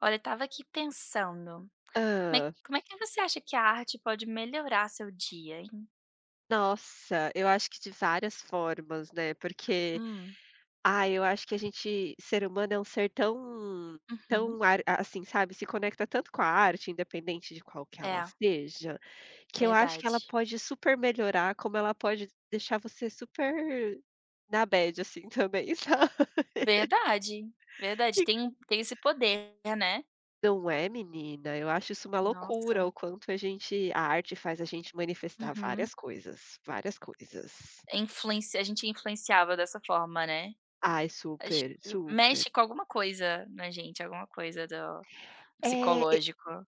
Olha, eu estava aqui pensando, como é Hã. como é que você acha que a arte pode melhorar seu dia, hein? Nossa, eu acho que de várias formas, né, porque, Hum, ah, eu acho que a gente ser humano é um ser tão uhum. tão ar assim, sabe, se conecta tanto com a arte, independente de qual que ela É, seja, que eu acho que ela verdade. pode super melhorar, como ela pode deixar você super na bad, assim, também, sabe. Verdade, verdade, tem esse poder, né. Não é, menina? Eu acho isso uma loucura Nossa, o quanto a gente a arte faz a gente manifestar uhum. várias coisas, várias coisas. É Influenci a gente influenciava dessa forma, né. Ai, Acho super, que super. mexe com alguma coisa na gente, alguma coisa do É, e psicológico.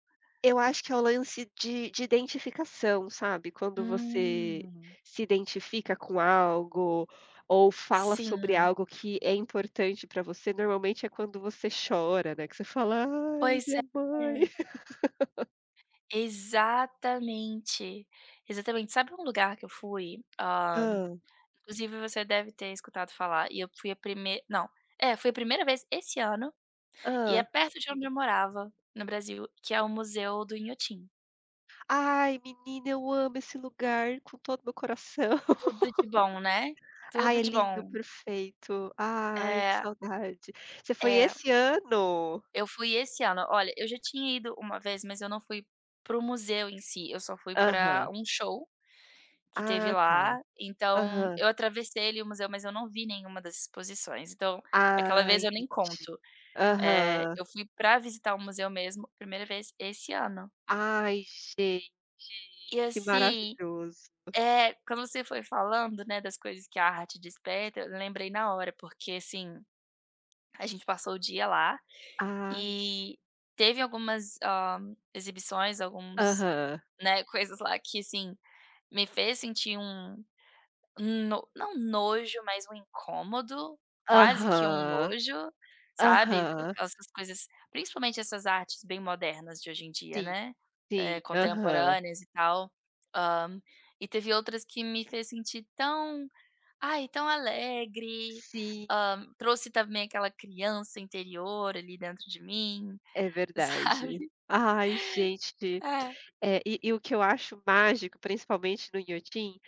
eu acho que é o lance de identificação, sabe, quando você Hum, se identifica com algo ou fala sobre sim, algo que é importante pra você, normalmente é quando você chora, né, que você fala: "Ai, pois minha mãe". é. Exatamente, exatamente. Sabe um lugar que eu fui, ah inclusive você deve ter escutado falar, e eu fui a primeira não, é, foi a primeira vez esse ano, e é ah, perto de onde eu morava, no Brasil, que é o Museu do Inhotim. "Ai, menina, eu amo esse lugar com todo meu coração. Tudo de bom, né, Ai, tudo é de lindo, bom. perfeito. Ai, que É, saudade". Você foi é, esse ano? eu fui esse ano. Olha, eu já tinha ido uma vez, mas eu não fui pro museu em si, eu só fui pra Aham. um show que teve Ah, tá. lá, então Aham. eu atravessei ali o museu, mas eu não vi nenhuma das exposições, então aquela Ah, vez eu nem entendi. conto. Aham. Eu fui pra visitar o museu mesmo, primeira vez esse ano. Ai, gente, E que assim, maravilhoso. Quando você foi falando, né, das coisas que a arte desperta, eu lembrei na hora, porque assim, a gente passou o dia lá Ai, e teve algumas, exibições, alguns, aham, né, coisas lá que assim, me fez sentir um No não um nojo, mas um incômodo, quase que um aham, nojo, sabe, com aham. essas coisas, principalmente essas artes bem modernas de hoje em dia, Sim, né, sim, aham. contemporâneas e tal. Hã, e teve outras que me fez sentir tão, ai, tão alegre, Sim, trouxe também aquela criança interior ali dentro de mim, é sabe. verdade. Ai, gente, É, e o que eu acho mágico, principalmente no Inhotim,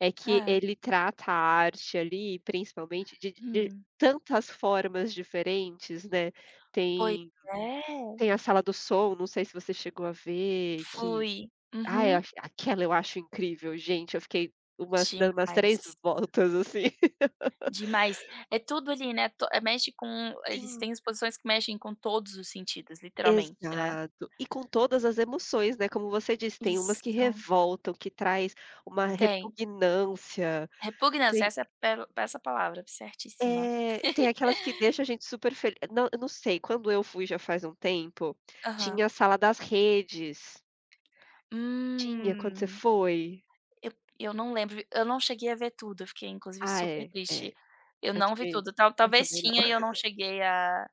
é que é. ele trata a arte ali, principalmente, de Hum. tantas formas diferentes, né. Pois Tem é. tem a sala do som, não sei se você chegou a ver, que Fui. Ah, Uhum. Eu acho incrível, gente, eu fiquei umas dando umas 3 Demais. voltas, assim. Demais. É tudo ali, né, to é mexe com eles Sim, têm exposições que mexem com todos os sentidos, literalmente, né. exato. E com todas as emoções, né, como você disse, tem umas que Isso, revoltam, que traz uma tem. repugnância, Repugnância, tem essa é pelo essa palavra, certíssima. é, tem aquelas que deixa a gente super feli não, eu não sei, quando eu fui já faz um tempo, Aham. tinha a sala das redes. Tinha quando você Hum, foi? eu eu não lembro, eu não cheguei a ver tudo, eu fiquei inclusive Ah, super é, triste. é, Eu eu não vi também tudo, tal eu talvez também não. tinha e eu não cheguei a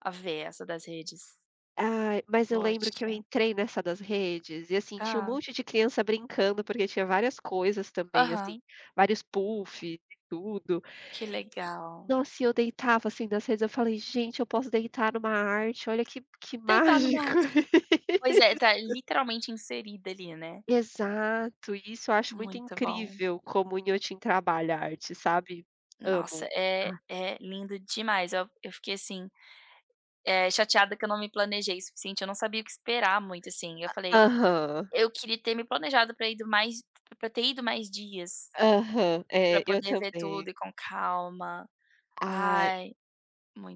a ver essa das redes. Ai, mas eu lembro que eu Poxa. entrei nessa das redes e, assim, tinha um Hã. monte de criança brincando, porque tinha várias coisas também, assim, Aham. vários puffs e tudo. Que legal. Nossa, e eu deitava, assim, nas redes, eu falei: "Gente, eu posso deitar numa arte, olha que Deitar no mágico". mar. Pois é, tá literalmente inserida ali, né. Exato, e isso eu acho muito Muito bom. incrível como o Inhotim trabalha a arte, sabe. Nossa, Amo. é Ah. é lindo demais. Eu fiquei, assim, chateada que eu não me planejei o suficiente, eu não sabia o que esperar muito, assim. Eu falei: Aham, "Eu queria ter me planejado pra ter ido mais dias, aham. pra É, eu poder ver também. tudo e com calma". Ah. Ai,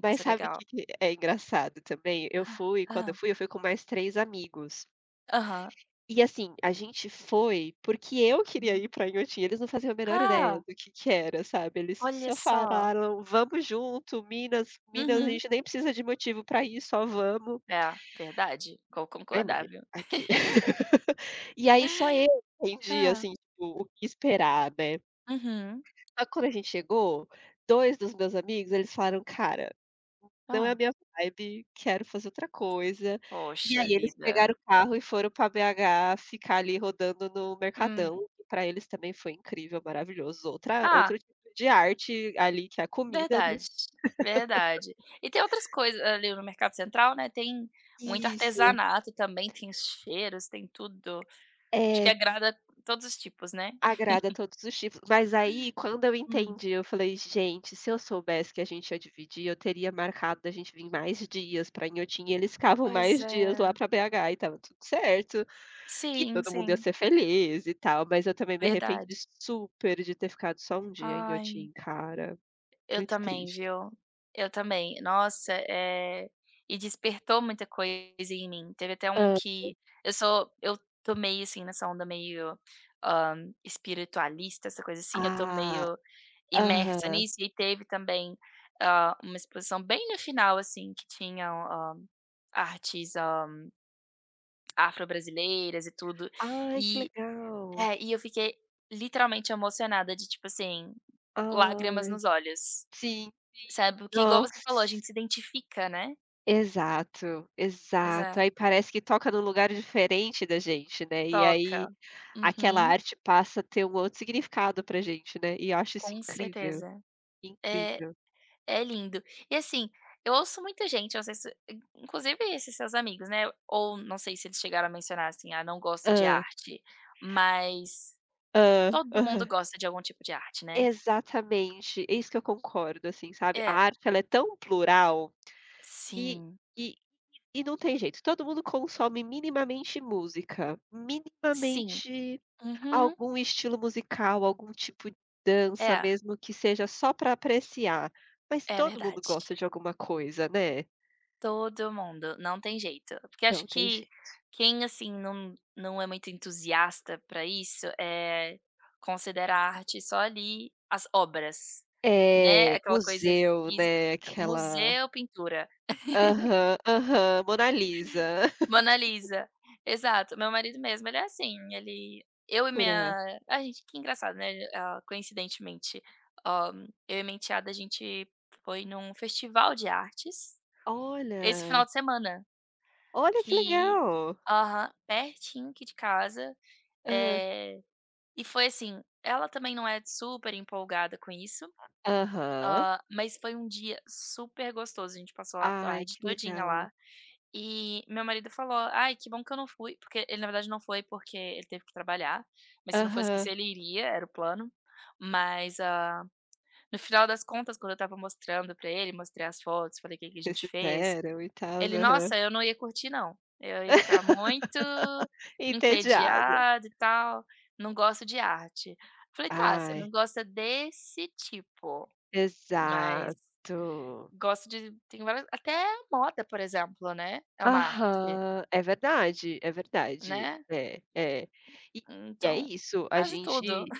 Mas sabe o legal. que que é engraçado também? Eu fui quando Hã. Eu fui com mais 3 amigos. Aham. E assim, a gente foi porque eu queria Hum. ir pra Inhotim, eles não faziam a menor ideia Ah, do que era, sabe. Eles olha só só. falaram: "Vamos junto, Minas Minas a Uhum. gente nem precisa de motivo pra ir, só vamos". É, verdade. Vou É concordar, menina, viu. aqui. E aí só eu entendi, É. assim, tipo, o que esperar, né. Uhum. Só quando a gente chegou, 2 dos meus amigos, eles falaram: "Cara, Não é a Hã. minha vibe, quero fazer outra coisa". E Poxa aí eles vida. pegaram o carro e foram pra BH ficar ali rodando no Hum. Mercadão, que pra eles também foi incrível, maravilhoso. Outra Ah, outro tipo de arte ali que é a comida, né. verdade, verdade. E tem outras coisas ali no Mercado Central, né, tem muito Isso, artesanato também, tem os cheiros, tem tudo. Acho que é, agrada todos os tipos, né? agrada todos os tipos. Mas aí quando eu Hum. entendi, eu falei: "Gente, se eu soubesse que a gente ia dividir, eu teria marcado da gente vir mais dias pra Inhotim", e eles ficavam Pois mais dias é. lá pra BH e estava tudo certo. Que Sim, todo mundo ia sim, ser feliz e tal, mas eu também me arrependi verdade. super de ter ficado só um dia em Ai. Inhotim, cara, Eu muito também, triste. viu. Eu também. Nossa, e despertou muita coisa em mim. Teve até um Hã. que eu tô meio, assim, nessa onda meio, hã, espiritualista, essa coisa assim, eu tô Ah, meio imersa aham. nisso, e teve também, uma exposição bem no final, assim, que tinha artes, afro-brasileiras e tudo. Ai, que E legal. é, e eu fiquei literalmente emocionada de, tipo assim, lágrimas Ai, nos olhos. sim, sim. Sabe, porque igual você falou, a Nossa. gente se identifica, né. Exato, Pois é, exato. Aí parece que toca num lugar diferente da gente, né, e toca. aí aquela Uhum, arte passa a ter um outro significado pra gente, né, e eu acho isso com incrível, certeza. É incrível. é lindo. E assim, eu ouço muita gente, eu não sei se inclusive esses seus amigos, né, ou não sei se eles chegaram a mencionar assim: "Ah, não gosto de Hã, arte", mas hã, todo mundo aham. gosta de algum tipo de arte, né. Exatamente, é isso que eu concordo, assim, sabe. A É, arte ela é tão plural e sim, e e não tem jeito, todo mundo consome minimamente música, sim. minimamente Uhum. algum estilo musical, algum tipo de dança, É, mesmo que seja só para apreciar, mas é todo mundo verdade. gosta de alguma coisa, né. Todo mundo, não tem jeito. Porque acho Não tem que jeito. quem, assim, não é muito entusiasta pra isso, é considera a arte só ali as obras, né, É, aquela coisa museu, física, né, aquela museu, pintura, aham, aham, Mona Lisa. Mona Lisa. Exato, meu marido mesmo, ele é assim, ele eu e Jura? minha a gente que engraçado, né, ah, coincidentemente, eu e minha enteada, a gente foi num festival de artes esse final Olha, de semana. olha que Que legal. Aham, pertinho aqui de casa, Hã. eh, e foi assim, ela também não é super empolgada com isso, Aham. Mas foi um dia super gostoso, a gente passou a Ai, tarde que todinha legal. lá, e meu marido falou: "Ai, que bom que eu não fui", porque ele na verdade não foi porque ele teve que trabalhar, mas se não fosse isso Aham. ele iria, era o plano, mas, no final das contas, quando eu estava mostrando pra ele, mostrei as fotos, falei o que que a Vocês gente fez, fizeram e tal. ele: Aham. "Nossa, eu não ia curtir não, eu ia ficar muito Entediado. entediado e tal, não gosto de arte". Falei: "Tá, você Ai, não gosta desse tipo, mas exato. gosto de", tem várias, até moda, por exemplo, né, é uma arte, Aham. É verdade, é verdade. né, É, é. E é então isso, quase tudo.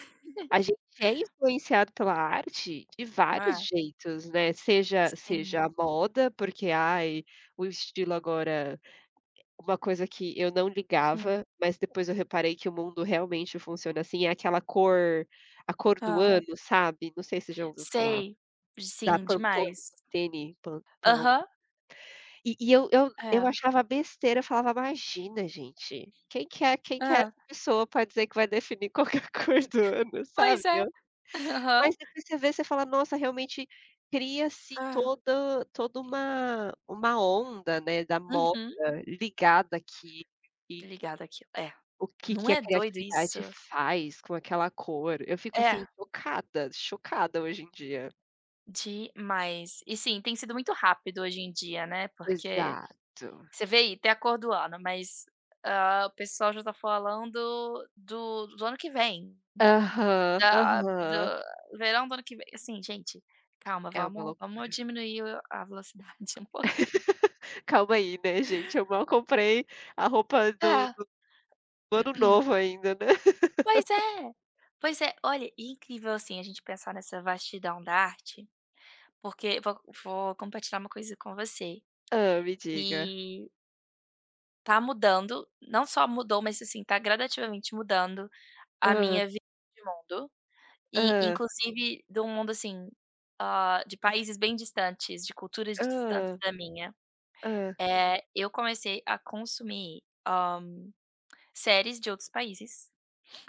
a gente é influenciado pela arte de vários É, jeitos, né, seja seja sim. a moda, porque, ai, o estilo agora Uma coisa que eu não Hum. ligava, mas depois eu reparei que o mundo realmente funciona assim, é aquela cor a cor do Hã. ano, sabe, não sei se você já ouviu falar, Sei, da sim, Pantone, demais. Pantene, Pan Pan Aham, e eu é. achava besteira, eu falava: "Imagina gente, quem que é É. essa pessoa para dizer que vai definir qual que é a cor do ano", Pois sabe. é. Mas depois você vê, você fala: "Nossa, realmente cria-se Aham. É. toda uma onda, né, da moda Uhum. ligada aqui Ligado àquilo, é. O que Não que a é doido isso? criatividade faz com aquela cor. Eu fico, assim, É, chocada, chocada hoje em dia. demais. E sim, tem sido muito rápido hoje em dia, né, porque Exato. você vê aí, tem a cor do ano, mas, ah, o pessoal já tá falando do ano que vem, Aham, da do aham. verão do ano que vem. Assim, gente, calma, É uma vamos loucura. diminuir o a velocidade um pouquinho. Calma aí, né, gente, eu mal comprei a roupa do É, do ano novo ainda, né. pois é, pois é. Olha, e é incrível, assim, a gente pensar nessa vastidão da arte, porque vou compartilhar uma coisa com você, Ah, me diga. e tá mudando, não só mudou, mas assim, tá gradativamente mudando a Ah, minha visão de mundo, e ah, inclusive de um mundo assim, de países bem distantes, de culturas distantes ah, da minha. ah. Eu comecei a consumir, séries de outros países,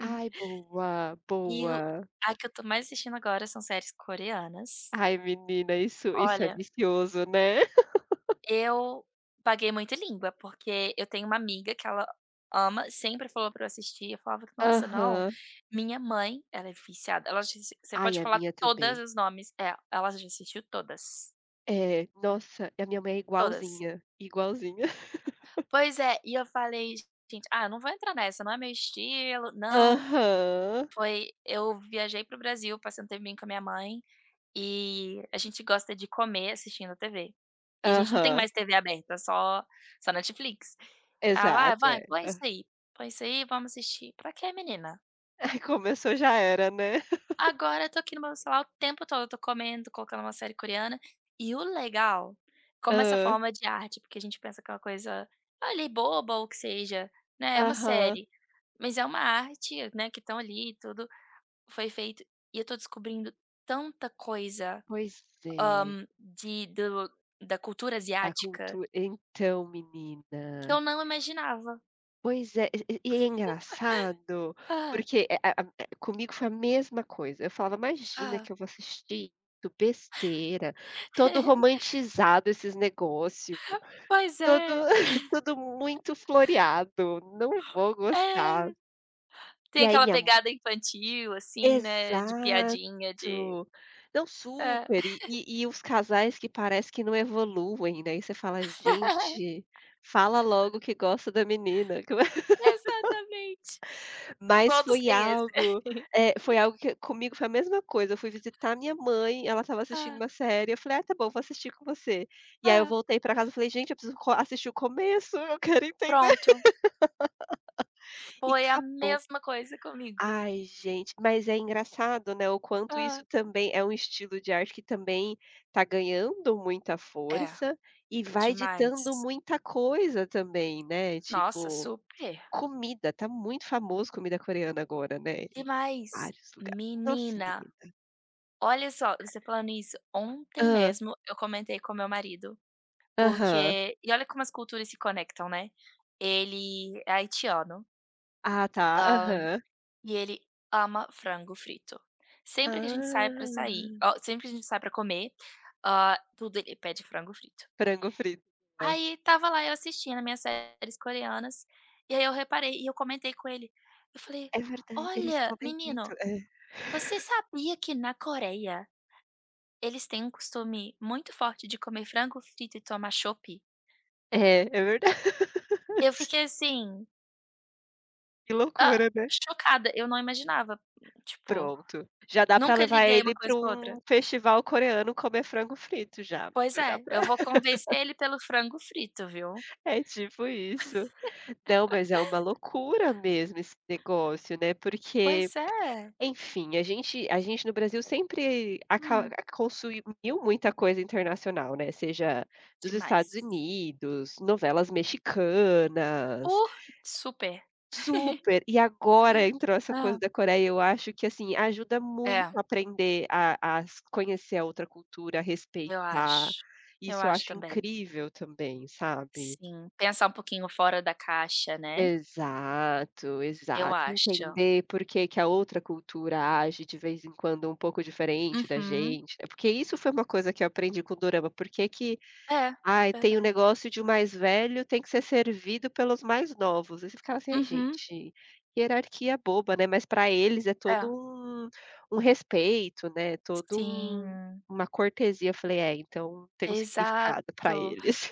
Ai, boa, e o boa. a que eu tô mais assistindo agora são séries coreanas. Ai, menina, isso é Olha, vicioso, né. eu paguei muito língua, porque eu tenho uma amiga que ela ama, sempre falou pra eu assistir, eu falava que: "Nossa, não". Aham. Minha mãe, ela é viciada, ela já assis você Ai, pode a falar minha todos também. os nomes, é, ela já assistiu todas, É, nossa, a minha mãe é todas. igualzinha, igualzinha. Pois é, e eu falei: "Gente, ah, eu não vou entrar nessa, não é meu estilo, não". Aham, Foi Eu viajei pro Brasil, passei um tempinho com a minha mãe. E a gente gosta de comer assistindo TV. E a gente não tem aham, mais TV aberta, só Netflix. Ela: "Vai, exato, vai, é. Hã. Põe isso aí, vamos assistir". "Pra quê, menina?". começou, já era, né. "Agora eu tô aqui no meu celular o tempo todo, eu tô comendo, tô colocando uma série coreana". E o legal, como essa Hã, forma de arte, porque a gente pensa que é uma coisa ali boba ou que seja, né, é uma aham. série, mas é uma arte, né, que estão ali e tudo, foi feito, e eu tô descobrindo tanta coisa. Pois é, Hã, de do da cultura da asiática cultura. Então, que eu menina. não imaginava. Pois é, e é engraçado, Ah, porque, comigo foi a mesma coisa, eu falava: "Imagina ah. que eu vou assistir isso, besteira, todo romantizado esses negócios. Pois Tudo é, tudo muito floreado, não vou gostar. é. Tem E aí aquela minha m pegada infantil, assim, né, de exato. piadinha, de Não, é, super. E os casais que parece que não evoluem, né, e você fala: "Gente, fala logo que gosta da menina". Que eu- exatamente. Mas Todos foi têm esse. algo é, foi algo que comigo foi a mesma coisa, eu fui visitar minha mãe, ela estava assistindo Ah, uma série, eu falei: "Ah, tá bom, vou assistir com você". E aí eu ah. voltei para casa, eu falei: "Gente, eu preciso co assistir o começo, eu quero entender". Pronto, E foi a acabou. mesma coisa comigo. Ai, gente, mas é engraçado, né, o quanto Ah. isso também é um estilo de arte que também tá ganhando muita É, força e vai ditando demais. muita coisa também, né, Nossa, tipo, super. comida, tá muito famoso comida coreana agora, né, em Demais. vários lugares. Nossa, Menina, menina. olha só, você falando isso, ontem Hã. mesmo eu comentei com meu marido, Aham. porque e olha como as culturas se conectam, né. Ele é haitiano, Ah, tá. hã, Aham. e ele ama frango frito. Ah. Sempre que a gente sai pra comer, tudo ele pede frango frito. Frango frito. Aí tava lá eu assistindo minhas séries coreanas, e aí eu reparei e eu comentei com ele, eu falei: É verdade, eles "Olha, comem muito, menino, é. você sabia que na Coreia eles têm um costume muito forte de comer frango frito e tomar chopp". É, é verdade. Eu fiquei assim, Que hã, loucura, né. chocada, eu não imaginava, tipo, Pronto, já dá pra nunca levar liguei uma ele pra coisa com a outra. um festival coreano comer frango frito já, Pois já é, dá pra eu vou convencer ele pelo frango frito, viu. é tipo isso. Não, mas é uma loucura mesmo esse negócio, né, Pois porque, é. enfim, a gente no Brasil sempre aca Hum, consumiu muita coisa internacional, né, seja dos Estados demais. Unidos, novelas mexicanas, Uh, super. Super. E agora entrou essa Hã. coisa da Coreia, eu acho que, assim, ajuda muito É, a aprender a s conhecer a outra cultura, eu respeitar. acho. Eu Isso eu acho acho também. incrível também, sabe. Sim, pensar um pouquinho fora da caixa, né, Exato, eu exato. acho. Entender por que que a outra cultura age de vez em quando um pouco diferente da Uhum. gente, né, porque isso foi uma coisa que eu aprendi com o dorama, por que que É, Ai, tem o verdade. negócio de o mais velho tem que ser servido pelos mais novos. Aí você ficava assim: "Ai, Uhum. gente, hierarquia boba, né", mas para eles é todo É. um um respeito, né, todo um Sim, uma cortesia. Eu falei: "É, então tem um exato. significado para eles".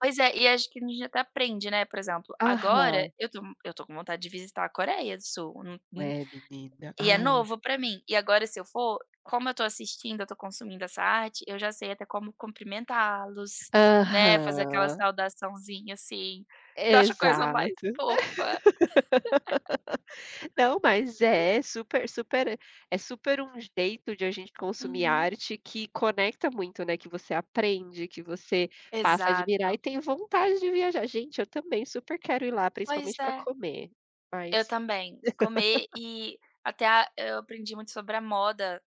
Pois é, e acho que a gente até aprende, né, por exemplo, agora Aham. eu tô com vontade de visitar a Coreia do Sul, É, menina. e é Ai. novo pra mim. E agora se eu for, como eu tô assistindo, eu tô consumindo essa arte, eu já sei até como cumprimentá-los, né, fazer aquela Aham. saudaçãozinha, assim, que eu acho a coisa mais Exato. fofa. Não, mas é super super é super um jeito de a gente consumir Uhum. arte que conecta muito, né, que você aprende, que você passa a admirar e Exato. tem vontade de viajar. Gente, eu também super quero ir lá, Pois principalmente para é, comer, eu mas também. Comer e até a eu aprendi muito sobre a moda,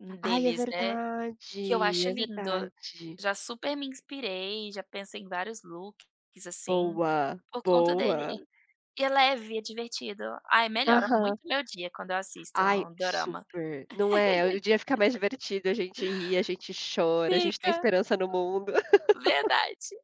ai, é deles, né. verdade, Que eu acho é lindo. verdade. Já super me inspirei, já pensei em vários looks, assim, Boa, por conta boa. dele. E é leve, é divertido. Ai, melhora Aham. muito meu dia quando eu assisto Ai, um dorama. super. Não é? O dia fica mais divertido, a gente ri, a gente chora, a gente tem Fica, esperança no mundo. verdade.